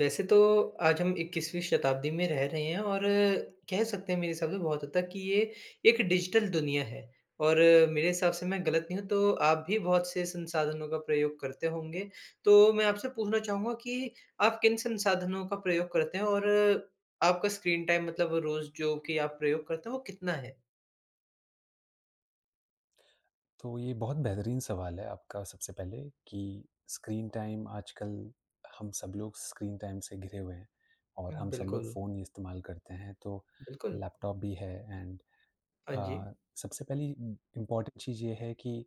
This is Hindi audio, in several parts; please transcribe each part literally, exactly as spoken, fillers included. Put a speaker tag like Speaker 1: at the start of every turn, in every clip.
Speaker 1: वैसे तो आज हम इक्कीसवीं शताब्दी में रह रहे हैं और कह सकते हैं मेरे हिसाब से बहुत हद तक कि ये एक डिजिटल दुनिया है और मेरे हिसाब से मैं गलत नहीं हूँ तो आप भी बहुत से संसाधनों का प्रयोग करते होंगे। तो मैं आपसे पूछना चाहूँगा कि आप किन संसाधनों का प्रयोग करते हैं और आपका स्क्रीन टाइम मतलब रोज़ जो कि आप प्रयोग करते हैं वो कितना है?
Speaker 2: तो ये बहुत बेहतरीन सवाल है आपका सबसे पहले कि स्क्रीन टाइम आजकल। हम सब लोग स्क्रीन टाइम से घिरे हुए हैं और हम सब लोग
Speaker 1: बिल्कुल,
Speaker 2: फ़ोन ही इस्तेमाल करते हैं, तो
Speaker 1: बिल्कुल।
Speaker 2: लैपटॉप भी है एंड।
Speaker 1: हाँ जी।
Speaker 2: सबसे पहली इम्पॉर्टेंट चीज़ ये है कि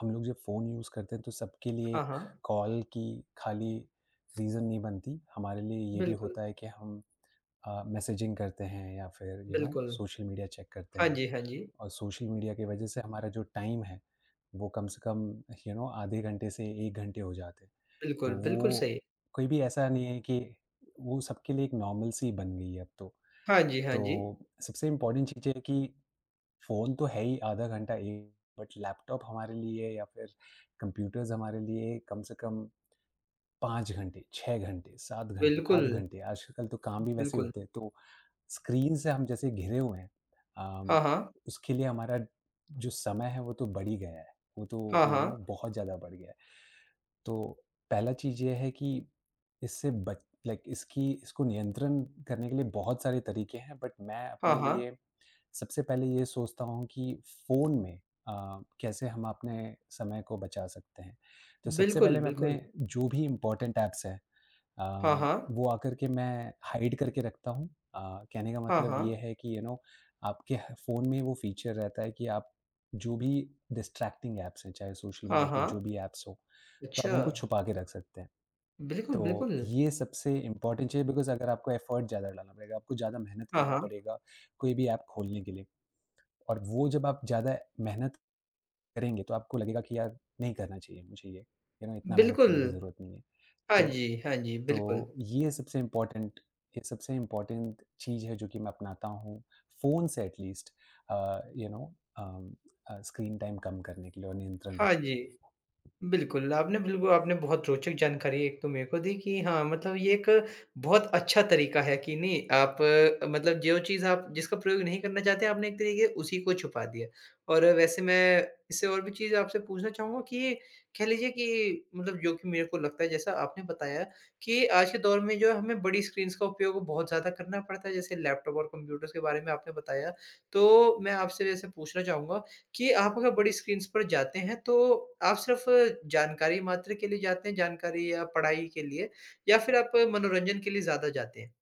Speaker 2: हम लोग जब फ़ोन यूज़ करते हैं तो सबके लिए
Speaker 1: हाँ,
Speaker 2: एक
Speaker 1: हाँ।
Speaker 2: कॉल की खाली रीज़न नहीं बनती। हमारे लिए ये भी
Speaker 1: बिल्कुल,
Speaker 2: होता है कि हम मैसेजिंग करते हैं या फिर यू नो
Speaker 1: बिल्कुल।
Speaker 2: सोशल मीडिया चेक करते
Speaker 1: हाँ
Speaker 2: हैं।
Speaker 1: जी, हाँ जी।
Speaker 2: और सोशल मीडिया की वजह से हमारा जो टाइम है, वो कम से कम यू नो आधे घंटे से एक घंटे हो जाते हैं। तो
Speaker 1: बिल्कुल, बिल्कुल
Speaker 2: वो
Speaker 1: सही।
Speaker 2: कोई भी ऐसा नहीं है कि, वो सबके लिए एक नॉर्मल-सी बन गई है अब तो।
Speaker 1: हाँ जी, हाँ जी।
Speaker 2: तो सबसे इम्पोर्टेंट चीज़ ये है कि फ़ोन तो है ही आधा घंटा एक, बट लैपटॉप हमारे लिए या फिर कंप्यूटर्स हमारे लिए कम से कम पाँच घंटे, छह घंटे, सात घंटे, आठ
Speaker 1: बिल्कुल।
Speaker 2: घंटे, आजकल तो काम भी वैसे ही
Speaker 1: बिल्कुल।
Speaker 2: होते हैं। तो स्क्रीन से हम जैसे घिरे हुए हैं, अम,
Speaker 1: हाँ, हाँ।
Speaker 2: उसके लिए हमारा जो समय है वो तो बढ़ ही गया है। वो तो
Speaker 1: हाँ,
Speaker 2: यू you नो
Speaker 1: हाँ।
Speaker 2: know, बहुत ज़्यादा बढ़ गया है। तो पहला चीज़ ये है कि इससे बच लाइक इसकी इसको नियंत्रण करने के लिए बहुत सारे तरीके हैं, बट मैं
Speaker 1: हाँ,
Speaker 2: अपने
Speaker 1: हाँ।
Speaker 2: लिए सबसे पहले ये सोचता हूँ कि फ़ोन में अ, कैसे हम अपने समय को बचा सकते हैं। तो सबसे
Speaker 1: बिल्कुल,
Speaker 2: पहले मैं अपने
Speaker 1: बिल्कुल।
Speaker 2: जो भी इम्पोर्टेंट ऐप्स हैं
Speaker 1: हाँ,
Speaker 2: अम,
Speaker 1: हाँ।
Speaker 2: वो आकर के मैं हाइड करके रखता हूँ। अ, कहने का
Speaker 1: हाँ,
Speaker 2: मतलब
Speaker 1: हाँ।
Speaker 2: ये है कि, यू नो आपके ह फ़ोन में वो फ़ीचर रहता है कि आप जो भी डिस्ट्रैक्टिंग ऐप्स हैं, चाहे सोशल
Speaker 1: हाँ,
Speaker 2: मीडिया के
Speaker 1: हाँ।
Speaker 2: जो भी ऐप्स हो, तो आप
Speaker 1: अच्छा।
Speaker 2: उनको छुपा के रख सकते हैं।
Speaker 1: बिल्कुल,
Speaker 2: तो
Speaker 1: बिल्कुल।
Speaker 2: ये सबसे इम्पोर्टेंट चीज़ है, बिकॉज़ अगर आपको एफ़र्ट ज़्यादा डालना पड़ेगा, आपको ज़्यादा मेहनत
Speaker 1: हाँ,
Speaker 2: करना
Speaker 1: हाँ।
Speaker 2: पड़ेगा कोई भी ऐप खोलने के लिए। और वो जब आप ज़्यादा मेहनत करेंगे, तो आपको लगेगा कि यार नहीं करना चाहिए मुझे ये, यू नो इतना मेहनत
Speaker 1: बिल्कुल।
Speaker 2: करने की ज़रूरत नहीं है।
Speaker 1: हाँ
Speaker 2: तो
Speaker 1: जी, हाँ जी, बिल्कुल।
Speaker 2: तो ये सबसे इम्पोर्टेंट ये सबसे इम्पोर्टेंट चीज़ है जो कि मैं अपनाता हूँ फ़ोन से, at least uh, you know um, uh, screen time कम करने के लिए और नियंत्रण
Speaker 1: हाँ
Speaker 2: रखने
Speaker 1: जी।
Speaker 2: के लिए।
Speaker 1: बिल्कुल, आपने बिल्कुल आपने बहुत रोचक जानकारी एक तो मेरे को दी कि हाँ, मतलब ये एक बहुत अच्छा तरीका है कि नहीं आप अ, मतलब जो चीज़ आप जिसका प्रयोग नहीं करना चाहते आपने एक तरीके उसी को छुपा दिया। और वैसे मैं इससे और भी चीज़ आपसे पूछना चाहूँगा कि कह लीजिए कि मतलब जो कि मेरे को लगता है जैसा आपने बताया कि आज के दौर में जो है हमें बड़ी स्क्रीन्स का उपयोग बहुत ज़्यादा करना पड़ता है, जैसे लैपटॉप और कंप्यूटर्स के बारे में आपने बताया। तो मैं आपसे वैसे पूछना चाहूँगा कि आप अगर बड़ी स्क्रीन्स पर जाते हैं, तो आप सिर्फ़ जानकारी मात्र के लिए जाते हैं, जानकारी या पढ़ाई के लिए या फिर आप मनोरंजन के लिए ज़्यादा जाते हैं?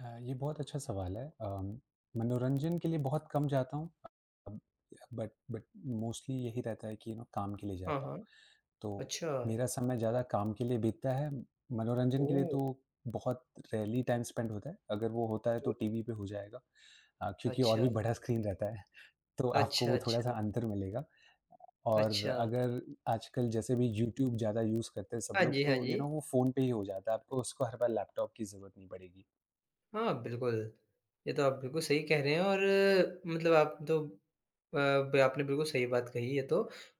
Speaker 2: अ, ये बहुत अच्छा सवाल है। अम, मनोरंजन के लिए बहुत कम जाता हूँ अब, बट बट मोस्टली यही रहता है कि यू नो काम के लिए
Speaker 1: हाँ,
Speaker 2: जाता हूँ।
Speaker 1: हाँ।
Speaker 2: तो
Speaker 1: अच्छा।
Speaker 2: मेरा समय ज़्यादा काम के लिए बीतता है, मनोरंजन के लिए
Speaker 1: ओह!
Speaker 2: तो बहुत रेयरली टाइम स्पेंड होता है। अगर वो होता है तो टीवी पे हो जाएगा, अ, क्योंकि और
Speaker 1: अच्छा।
Speaker 2: भी बड़ा स्क्रीन रहता है। तो आपको
Speaker 1: अच्छा,
Speaker 2: वो थोड़ा-सा
Speaker 1: अच्छा।
Speaker 2: अंतर मिलेगा। और
Speaker 1: अच्छा।
Speaker 2: अगर आजकल जैसे भी यूट्यूब ज़्यादा यूज़ करते हैं सब
Speaker 1: हाँ
Speaker 2: लोग,
Speaker 1: जी, हाँ
Speaker 2: तो यू
Speaker 1: जी।
Speaker 2: नो वो फ़ोन पे ही हो जाता है, आपको उसको हर बार लैपटॉप की ज़रूरत नहीं पड़ेगी।
Speaker 1: हाँ, बिल्कुल। ये तो आप बिल्कुल सही कह रहे हैं और अ, मतलब आप तो अ, ब आपने बिल्कुल सही बात कही ये तो।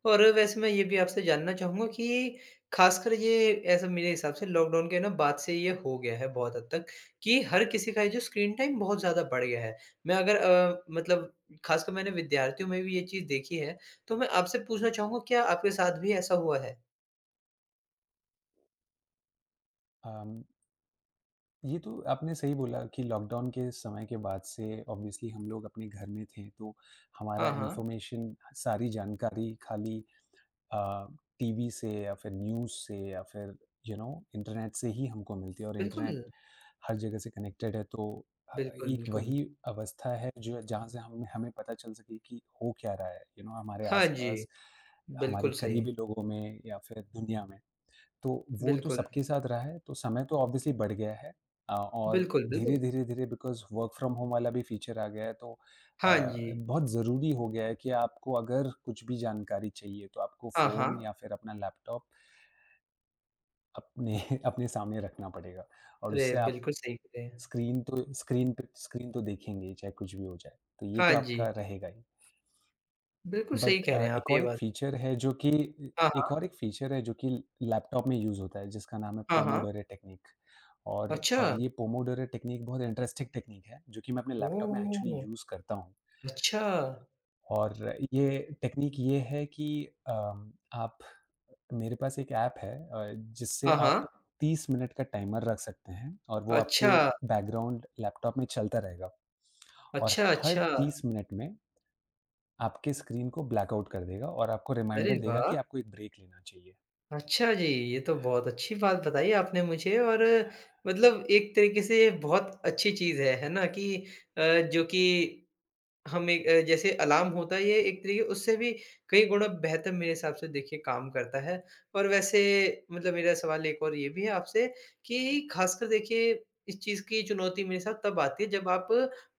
Speaker 1: और वैसे मैं ये भी आपसे जानना चाहूँगा कि ख़ासकर ये ऐसा मेरे हिसाब से लॉकडाउन के ना बाद से ये हो गया है बहुत हद तक कि हर किसी का ये जो स्क्रीन टाइम बहुत ज़्यादा बढ़ गया है। मैं अगर अ, मतलब ख़ासकर मैंने विद्यार्थियों में भी ये चीज़ देखी है, तो मैं आपसे पूछना चाहूँगा क्या आपके साथ भी ऐसा हुआ है?
Speaker 2: अम, ये तो आपने सही बोला कि लॉकडाउन के समय के बाद से ऑब्वियसली हम लोग अपने घर में थे, तो
Speaker 1: हाँ,
Speaker 2: हमारा
Speaker 1: हाँ।
Speaker 2: इन्फॉर्मेशन, सारी जानकारी खाली टीवी से या फिर न्यूज़ से या फिर यू नो इंटरनेट से ही हमको मिलती है। और
Speaker 1: बिल्कुल,
Speaker 2: इंटरनेट हर जगह से कनेक्टेड है, तो अ,
Speaker 1: बिल्कुल,
Speaker 2: एक
Speaker 1: बिल्कुल।
Speaker 2: वही अवस्था है जो जहाँ से हम हमें पता चल सके कि हो क्या रहा है, यू you नो know, हमारे
Speaker 1: हाँ जी,
Speaker 2: आसपास, हमारे
Speaker 1: बिल्कुल सही।
Speaker 2: करीबी लोगों में या फिर दुनिया में। तो वो तो
Speaker 1: बिल्कुल।
Speaker 2: सबके साथ रहा है, तो समय तो ऑब्वियसली बढ़ गया है। अ, और
Speaker 1: बिल्कुल, बिल्कुल।
Speaker 2: धीरे-धीरे, धीरे बिकॉज़ वर्क फ्रॉम होम वाला भी फ़ीचर आ गया है, तो अ,
Speaker 1: हाँ जी।
Speaker 2: बहुत ज़रूरी हो गया है कि आपको अगर कुछ भी जानकारी चाहिए तो आपको
Speaker 1: हाँ,
Speaker 2: फ़ोन
Speaker 1: हाँ।
Speaker 2: या फिर अपना लैपटॉप अपने अपने सामने रखना पड़ेगा। और
Speaker 1: अरे!
Speaker 2: उससे आप
Speaker 1: बिल्कुल सही कह रहे हैं।
Speaker 2: स्क्रीन तो स्क्रीन पे स्क्रीन तो देखेंगे ही, चाहे कुछ भी हो जाए। तो ये
Speaker 1: हाँ
Speaker 2: तो आपका
Speaker 1: जी,
Speaker 2: रहेगा ही।
Speaker 1: बिल्कुल सही
Speaker 2: बट
Speaker 1: कह
Speaker 2: अ,
Speaker 1: रहे हैं आप
Speaker 2: एक
Speaker 1: ये
Speaker 2: और एक
Speaker 1: बात।
Speaker 2: फ़ीचर है जो कि अ,
Speaker 1: हाँ,
Speaker 2: एक
Speaker 1: हाँ।
Speaker 2: और एक फ़ीचर है जो कि लैपटॉप में यूज़ होता है, जिसका नाम है
Speaker 1: हाँ, हाँ।
Speaker 2: Pomodoro technique. और
Speaker 1: अच्छा!
Speaker 2: और ये पोमोडोरो टेक्नीक बहुत इंटरेस्टिंग टेक्नीक है, जो कि मैं अपने लैपटॉप में एक्चुअली
Speaker 1: ओह!
Speaker 2: यूज़ करता हूँ।
Speaker 1: अच्छा।
Speaker 2: और ये टेक्नीक ये है कि अम, आप, मेरे पास एक ऐप है अ, जिससे
Speaker 1: हाँ,
Speaker 2: आप
Speaker 1: हाँ।
Speaker 2: तीस मिनट का टाइमर रख सकते हैं, और वो आपके
Speaker 1: अच्छा,
Speaker 2: बैकग्राउंड लैपटॉप में चलता रहेगा। और
Speaker 1: अच्छा,
Speaker 2: हर
Speaker 1: अच्छा।
Speaker 2: तीस मिनट में आपके स्क्रीन को ब्लैकआउट कर देगा और आपको
Speaker 1: अरे
Speaker 2: रिमाइंडर देगा कि
Speaker 1: वाह!
Speaker 2: आपको एक ब्रेक लेना चाहिए।
Speaker 1: अच्छा जी, ये तो बहुत अच्छी बात बताई आपने मुझे और मतलब एक तरीके से बहुत अच्छी चीज़ है, है ना? कि अ, जो कि हम एक अ, जैसे अलार्म होता है ये एक तरीके उससे भी कई गुना बेहतर मेरे हिसाब से देखिए काम करता है। और वैसे मतलब मेरा सवाल एक और ये भी है आपसे कि ख़ासकर देखिए इस चीज़ की चुनौती मेरे साथ तब आती है जब आप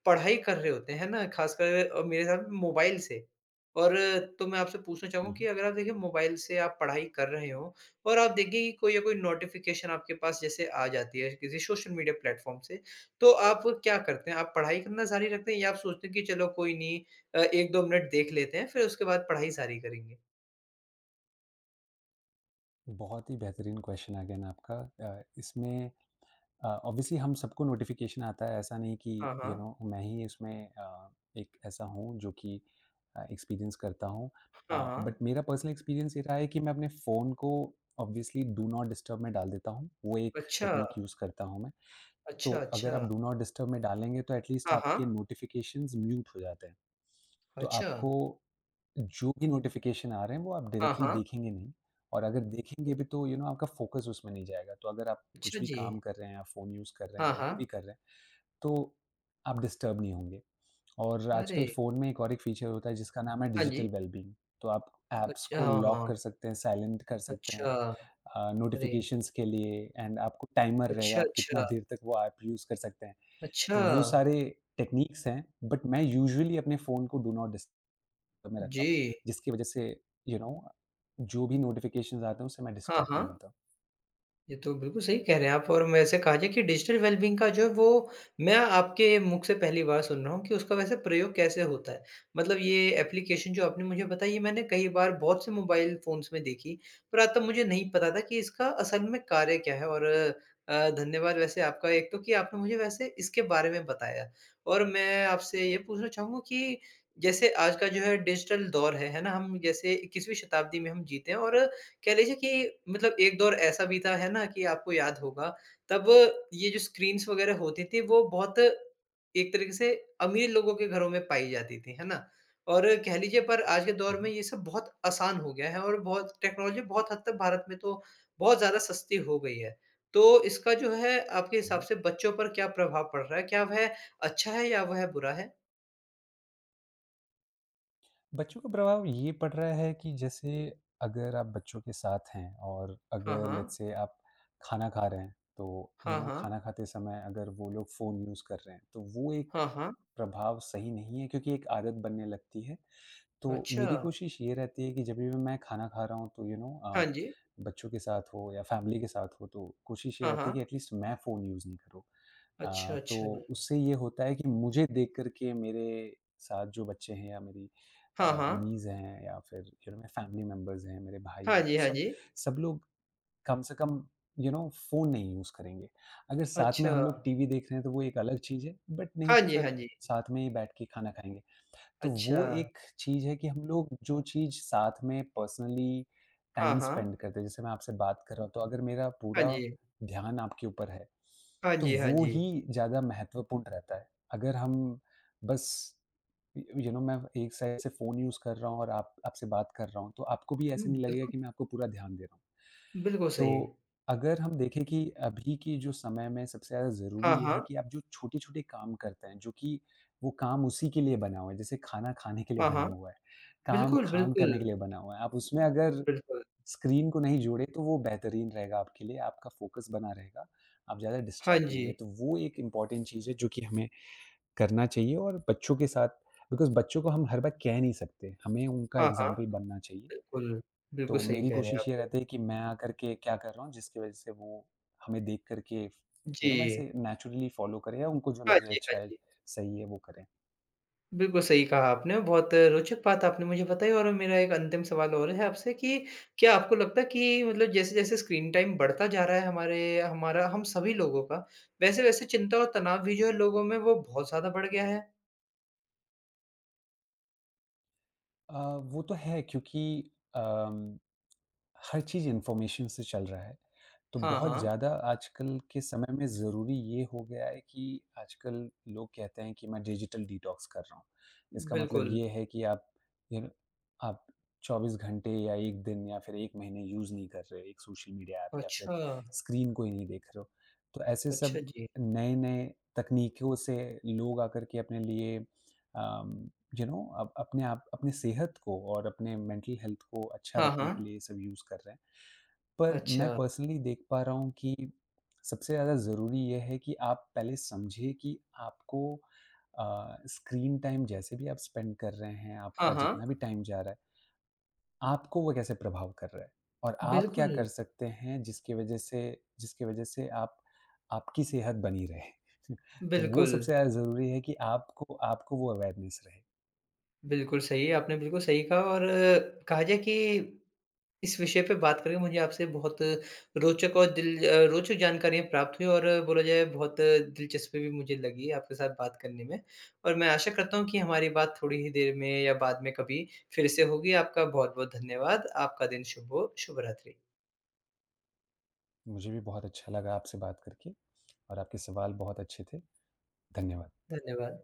Speaker 1: पढ़ाई कर रहे होते हैं, है ना? ख़ासकर अ, मेरे साथ मोबाइल से। और तो मैं आपसे पूछना चाहूँगा कि
Speaker 2: हुँ।
Speaker 1: अगर आप देखिए मोबाइल से आप पढ़ाई कर रहे हो और आप देखिए कि कोई या कोई नोटिफ़िकेशन आपके पास जैसे आ जाती है किसी सोशल मीडिया प्लेटफ़ॉर्म से तो आप क्या करते हैं? आप पढ़ाई करना जारी रखते हैं या आप सोचते हैं कि चलो कोई नहीं अ, एक दो मिनट देख लेते हैं, फिर उसके बाद पढ़ाई जारी करेंगे?
Speaker 2: बहुत ही बेहतरीन क्वेश्चन अगेन आपका। अ, इसमें अ, ऑब्वियसली हम सबको नोटिफ़िकेशन आता है, ऐसा नहीं कि
Speaker 1: हाँ,
Speaker 2: यू
Speaker 1: हाँ।
Speaker 2: नो मैं ही इसमें अ, एक ऐसा हूँ जो कि अ, एक्सपीरियंस करता हूँ।
Speaker 1: हाँ,
Speaker 2: अ, बट
Speaker 1: हाँ।
Speaker 2: मेरा पर्सनल एक्सपीरियंस ये रहा है कि मैं अपने फ़ोन को ऑब्वियसली डू नॉट डिस्टर्ब में डाल देता हूँ। वो एक
Speaker 1: अच्छा,
Speaker 2: टेक्नीक यूज़ करता हूँ मैं। तो
Speaker 1: अच्छा,
Speaker 2: अगर आप
Speaker 1: अच्छा।
Speaker 2: डू नॉट डिस्टर्ब में डालेंगे तो एट लीस्ट
Speaker 1: हाँ,
Speaker 2: आपके
Speaker 1: हाँ।
Speaker 2: नोटिफ़िकेशंस म्यूट हो जाते हैं। तो
Speaker 1: अच्छा।
Speaker 2: आपको जो भी नोटिफ़िकेशन आ रहे हैं, वो आप
Speaker 1: हाँ,
Speaker 2: डायरेक्टली
Speaker 1: हाँ।
Speaker 2: देखेंगे नहीं, और अगर देखेंगे भी तो यू नो आपका फ़ोकस उसमें नहीं जाएगा। तो अगर आप कुछ
Speaker 1: अच्छा
Speaker 2: भी
Speaker 1: जी।
Speaker 2: काम कर रहे हैं, आप फ़ोन यूज़ कर रहे
Speaker 1: हाँ,
Speaker 2: हैं, जो भी
Speaker 1: हाँ।
Speaker 2: कर रहे हैं, तो आप डिस्टर्ब नहीं होंगे। और
Speaker 1: अरे!
Speaker 2: आजकल फ़ोन में एक और एक फ़ीचर होता है जिसका नाम है
Speaker 1: हाँ जी।
Speaker 2: Digital wellbeing. तो आप ऐप्स
Speaker 1: अच्छा
Speaker 2: को
Speaker 1: हाँ,
Speaker 2: लॉक
Speaker 1: हाँ।
Speaker 2: कर सकते हैं, साइलेंट कर सकते
Speaker 1: अच्छा।
Speaker 2: हैं अ,
Speaker 1: अरे!
Speaker 2: नोटिफ़िकेशंस के लिए, एंड आपको टाइमर रहेगा,
Speaker 1: अच्छा,
Speaker 2: आप कितना
Speaker 1: अच्छा।
Speaker 2: देर तक वो ऐप यूज़ कर सकते हैं।
Speaker 1: अच्छा।
Speaker 2: तो वो सारे टेक्नीक्स हैं, बट मैं यूजुअली अपने फ़ोन को डू नॉट डिस्टर्ब में रहता
Speaker 1: जी।
Speaker 2: हूँ, जिसकी वज़ह से यू नो जो भी नोटिफ़िकेशंस आते हैं उससे मैं
Speaker 1: हाँ,
Speaker 2: डिस्ट्रैक्ट नहीं
Speaker 1: हाँ।
Speaker 2: होता।
Speaker 1: ये तो बिल्कुल सही कह रहे हैं आप और वैसे कहा जाए कि डिजिटल वेलबींग का जो है वो मैं आपके मुख से पहली बार सुन रहा हूँ कि उसका वैसे प्रयोग कैसे होता है। मतलब ये एप्लीकेशन जो आपने मुझे बताई ये मैंने कई बार बहुत से मोबाइल फ़ोन्स में देखी, पर तब मुझे नहीं पता था कि इसका असल में कार्य क्या है और अ, धन्यवाद वैसे आपका एक तो कि आपने मुझे वैसे इसके बारे में बताया। और मैं आपसे ये पूछना चाहूँगा कि जैसे आज का जो है डिजिटल दौर है, है ना? हम जैसे इक्कीसवीं शताब्दी में हम जीते हैं और कह लीजिए कि मतलब एक दौर ऐसा बीता है ना कि आपको याद होगा, तब ये जो स्क्रीन्स वग़ैरह होती थी वो बहुत एक तरीके से अमीर लोगों के घरों में पाई जाती थी, है ना? और कह लीजिए पर आज के
Speaker 2: हुँ,
Speaker 1: दौर में
Speaker 2: हुँ,
Speaker 1: ये सब बहुत आसान हो गया है और बहुत टेक्नोलॉजी बहुत हद तक भारत में तो बहुत ज़्यादा सस्ती हो गई है। तो इसका जो है आपके हिसाब
Speaker 2: हुँ।
Speaker 1: से बच्चों पर क्या प्रभाव पड़ रहा है? क्या वह अच्छा है या वह बुरा है?
Speaker 2: बच्चों का प्रभाव ये पड़ रहा है कि जैसे, अगर आप बच्चों के साथ हैं और
Speaker 1: हाँ,
Speaker 2: अगर
Speaker 1: हाँ।
Speaker 2: लेट्स से आप खाना खा रहे हैं, तो यू
Speaker 1: हाँ,
Speaker 2: नो
Speaker 1: हाँ।
Speaker 2: खाना खाते समय अगर वो लोग फ़ोन यूज़ कर रहे हैं, तो वो एक
Speaker 1: हाँ, हाँ।
Speaker 2: प्रभाव सही नहीं है, क्योंकि एक आदत बनने लगती है। तो
Speaker 1: अच्छा।
Speaker 2: मेरी कोशिश ये रहती है कि जब भी मैं खाना खा रहा हूँ, तो यू
Speaker 1: हाँ
Speaker 2: नो
Speaker 1: जी।
Speaker 2: बच्चों के साथ हो या फैमिली के साथ हो, तो कोशिश ये
Speaker 1: हाँ,
Speaker 2: रहती है कि
Speaker 1: हाँ।
Speaker 2: एटलीस्ट मैं फ़ोन यूज़ नहीं करूँ।
Speaker 1: अच्छा,
Speaker 2: अ,
Speaker 1: अच्छा।
Speaker 2: तो उससे ये होता है कि मुझे देख कर के, मेरे साथ जो बच्चे हैं या मेरी अ,
Speaker 1: हाँ, हाँ।
Speaker 2: नीज़ हैं, या फिर जो मेरे फैमिली मेंबर्स हैं, मेरे भाई
Speaker 1: हाँ
Speaker 2: हैं,
Speaker 1: जी,
Speaker 2: वो
Speaker 1: हाँ
Speaker 2: सब
Speaker 1: जी।
Speaker 2: सब लोग कम से कम यू नो फ़ोन नहीं यूज़ करेंगे। अगर साथ में
Speaker 1: अच्छा।
Speaker 2: हम लोग टीवी देख रहे हैं तो वो एक अलग चीज़ है, बट नहीं
Speaker 1: हाँ
Speaker 2: तो
Speaker 1: जी, हाँ
Speaker 2: फिर
Speaker 1: जी।
Speaker 2: साथ में ही बैठ के खाना खाएँगे। तो
Speaker 1: अच्छा।
Speaker 2: वो एक चीज़ है कि हम लोग जो चीज़ साथ में पर्सनली
Speaker 1: हाँ,
Speaker 2: टाइम
Speaker 1: हाँ।
Speaker 2: स्पेंड करते हैं, जैसे मैं आपसे बात कर रहा हूँ, तो अगर मेरा
Speaker 1: हाँ
Speaker 2: पूरा
Speaker 1: जी।
Speaker 2: ध्यान आपके ऊपर है,
Speaker 1: हाँ
Speaker 2: तो
Speaker 1: जी, हाँ
Speaker 2: वो
Speaker 1: जी।
Speaker 2: ही ज़्यादा महत्वपूर्ण रहता है। अगर हम बस य यू नो मैं एक साइड से फ़ोन यूज़ कर रहा हूँ और आप आपसे बात कर रहा हूँ, तो आपको भी
Speaker 1: हुँ,
Speaker 2: ऐसे नहीं लगेगा
Speaker 1: बिल्कुल,
Speaker 2: कि मैं आपको पूरा ध्यान दे रहा हूँ।
Speaker 1: बिल्कुल
Speaker 2: तो
Speaker 1: सही।
Speaker 2: अगर हम देखें कि अभी की जो समय में सबसे ज़्यादा ज़रूरी
Speaker 1: हाँ,
Speaker 2: ये है
Speaker 1: हाँ।
Speaker 2: कि, आप जो छोटे-छोटे काम करते हैं, जो कि वो काम उसी के लिए बना हुआ है, जैसे खाना खाने के लिए
Speaker 1: हाँ,
Speaker 2: बना
Speaker 1: हाँ।
Speaker 2: हुआ है, काम
Speaker 1: बिल्कुल,
Speaker 2: काम
Speaker 1: बिल्कुल।
Speaker 2: करने के लिए बना हुआ है। आप उसमें अगर
Speaker 1: बिल्कुल।
Speaker 2: स्क्रीन को नहीं जोड़े तो वो बेहतरीन रहेगा आपके लिए, आपका फ़ोकस बना रहेगा, आप ज़्यादा
Speaker 1: हाँ
Speaker 2: डिस्ट्रैक्ट नहीं
Speaker 1: जी।
Speaker 2: होंगे। तो वो एक इम्पॉर्टेंट चीज़ है जो कि हमें करना चाहिए, और बच्चों के साथ, बिकॉज़ बच्चों को हम हर बार कह नहीं सकते, हमें उनका
Speaker 1: हाँ, हाँ।
Speaker 2: एग्ज़ाम्पल बनना चाहिए।
Speaker 1: बिल्कुल, बिल्कुल
Speaker 2: तो
Speaker 1: सही
Speaker 2: मेरी
Speaker 1: कह रहे हैं
Speaker 2: कोशिश ये
Speaker 1: आप।
Speaker 2: रहती है कि मैं आकर के क्या कर रहा हूँ जिसकी वज़ह से वो हमें देख कर के यू नो
Speaker 1: जी।
Speaker 2: वैसे नेचुरली फ़ॉलो करें, या उनको जो
Speaker 1: हाँ
Speaker 2: लगे
Speaker 1: जी, हाँ
Speaker 2: अच्छा है,
Speaker 1: जी।
Speaker 2: सही है वो करें।
Speaker 1: बिल्कुल सही कहा आपने और बहुत रोचक बात आपने मुझे बताई और मेरा एक अंतिम सवाल और है आपसे कि क्या आपको लगता है कि मतलब जैसे-जैसे स्क्रीन टाइम बढ़ता जा रहा है हमारे हमारा हम सभी लोगों का, वैसे-वैसे चिंता और तनाव भी जो है लोगों में वो बहुत ज़्यादा बढ़ गया है?
Speaker 2: अ, वो तो है क्योंकि अम, हर चीज़ इन्फॉर्मेशन से चल रहा है। तो
Speaker 1: हाँ,
Speaker 2: बहुत
Speaker 1: हाँ,
Speaker 2: ज़्यादा आजकल के समय में ज़रूरी ये हो गया है कि आजकल लोग कहते हैं कि मैं डिजिटल डिटॉक्स कर रहा हूँ। इसका मतलब
Speaker 1: बिल्कुल।
Speaker 2: ये है कि आप यन आप चौबीस घंटे या एक दिन या फिर एक महीने यूज़ नहीं कर रहे, एक सोशल मीडिया ऐप, या फिर
Speaker 1: अच्छा,
Speaker 2: स्क्रीन को ही नहीं देख रहे हो। तो ऐसे
Speaker 1: अच्छा
Speaker 2: सब
Speaker 1: जी।
Speaker 2: नए-नए तकनीकों से लोग आकर के अपने लिए अम यू नो अब अपने आप, अपने सेहत को और अपने मेंटल हेल्थ को अच्छा
Speaker 1: हाँ,
Speaker 2: रखने के
Speaker 1: हाँ,
Speaker 2: लिए ये सब यूज़ कर रहे हैं। पर मैं
Speaker 1: अच्छा।
Speaker 2: पर्सनली देख पा रहा हूँ कि सबसे ज़्यादा ज़रूरी ये है कि आप पहले समझिए कि आपको अ, स्क्रीन टाइम जैसे भी आप स्पेंड कर रहे हैं,
Speaker 1: हाँ,
Speaker 2: आपका
Speaker 1: हाँ,
Speaker 2: जितना भी टाइम जा रहा है, आपको वो कैसे प्रभाव कर रहा है? और आप क्या
Speaker 1: बिल्कुल,
Speaker 2: कर सकते हैं जिसकी वज़ह से, जिसकी वज़ह से आप आपकी सेहत बनी रहे? तो वो
Speaker 1: बिल्कुल,
Speaker 2: सबसे ज़्यादा ज़रूरी है कि आपको आपको वो अवेयरनेस रहे।
Speaker 1: बिल्कुल सही है, आपने बिल्कुल सही कहा और अ, कहा जाए कि इस विषय पे बात करके मुझे आपसे बहुत रोचक और दिल अ, रोचक जानकारियाँ प्राप्त हुई और बोला जाए बहुत दिलचस्पी भी मुझे लगी आपके साथ बात करने में। और मैं आशा करता हूँ कि हमारी बात थोड़ी ही देर में या बाद में कभी फिर से होगी। आपका बहुत-बहुत धन्यवाद। आपका दिन शुभ हो। शुभ रात्रि।
Speaker 2: मुझे भी बहुत अच्छा लगा आपसे बात करके, और आपके सवाल बहुत अच्छे थे। धन्यवाद।
Speaker 1: धन्यवाद।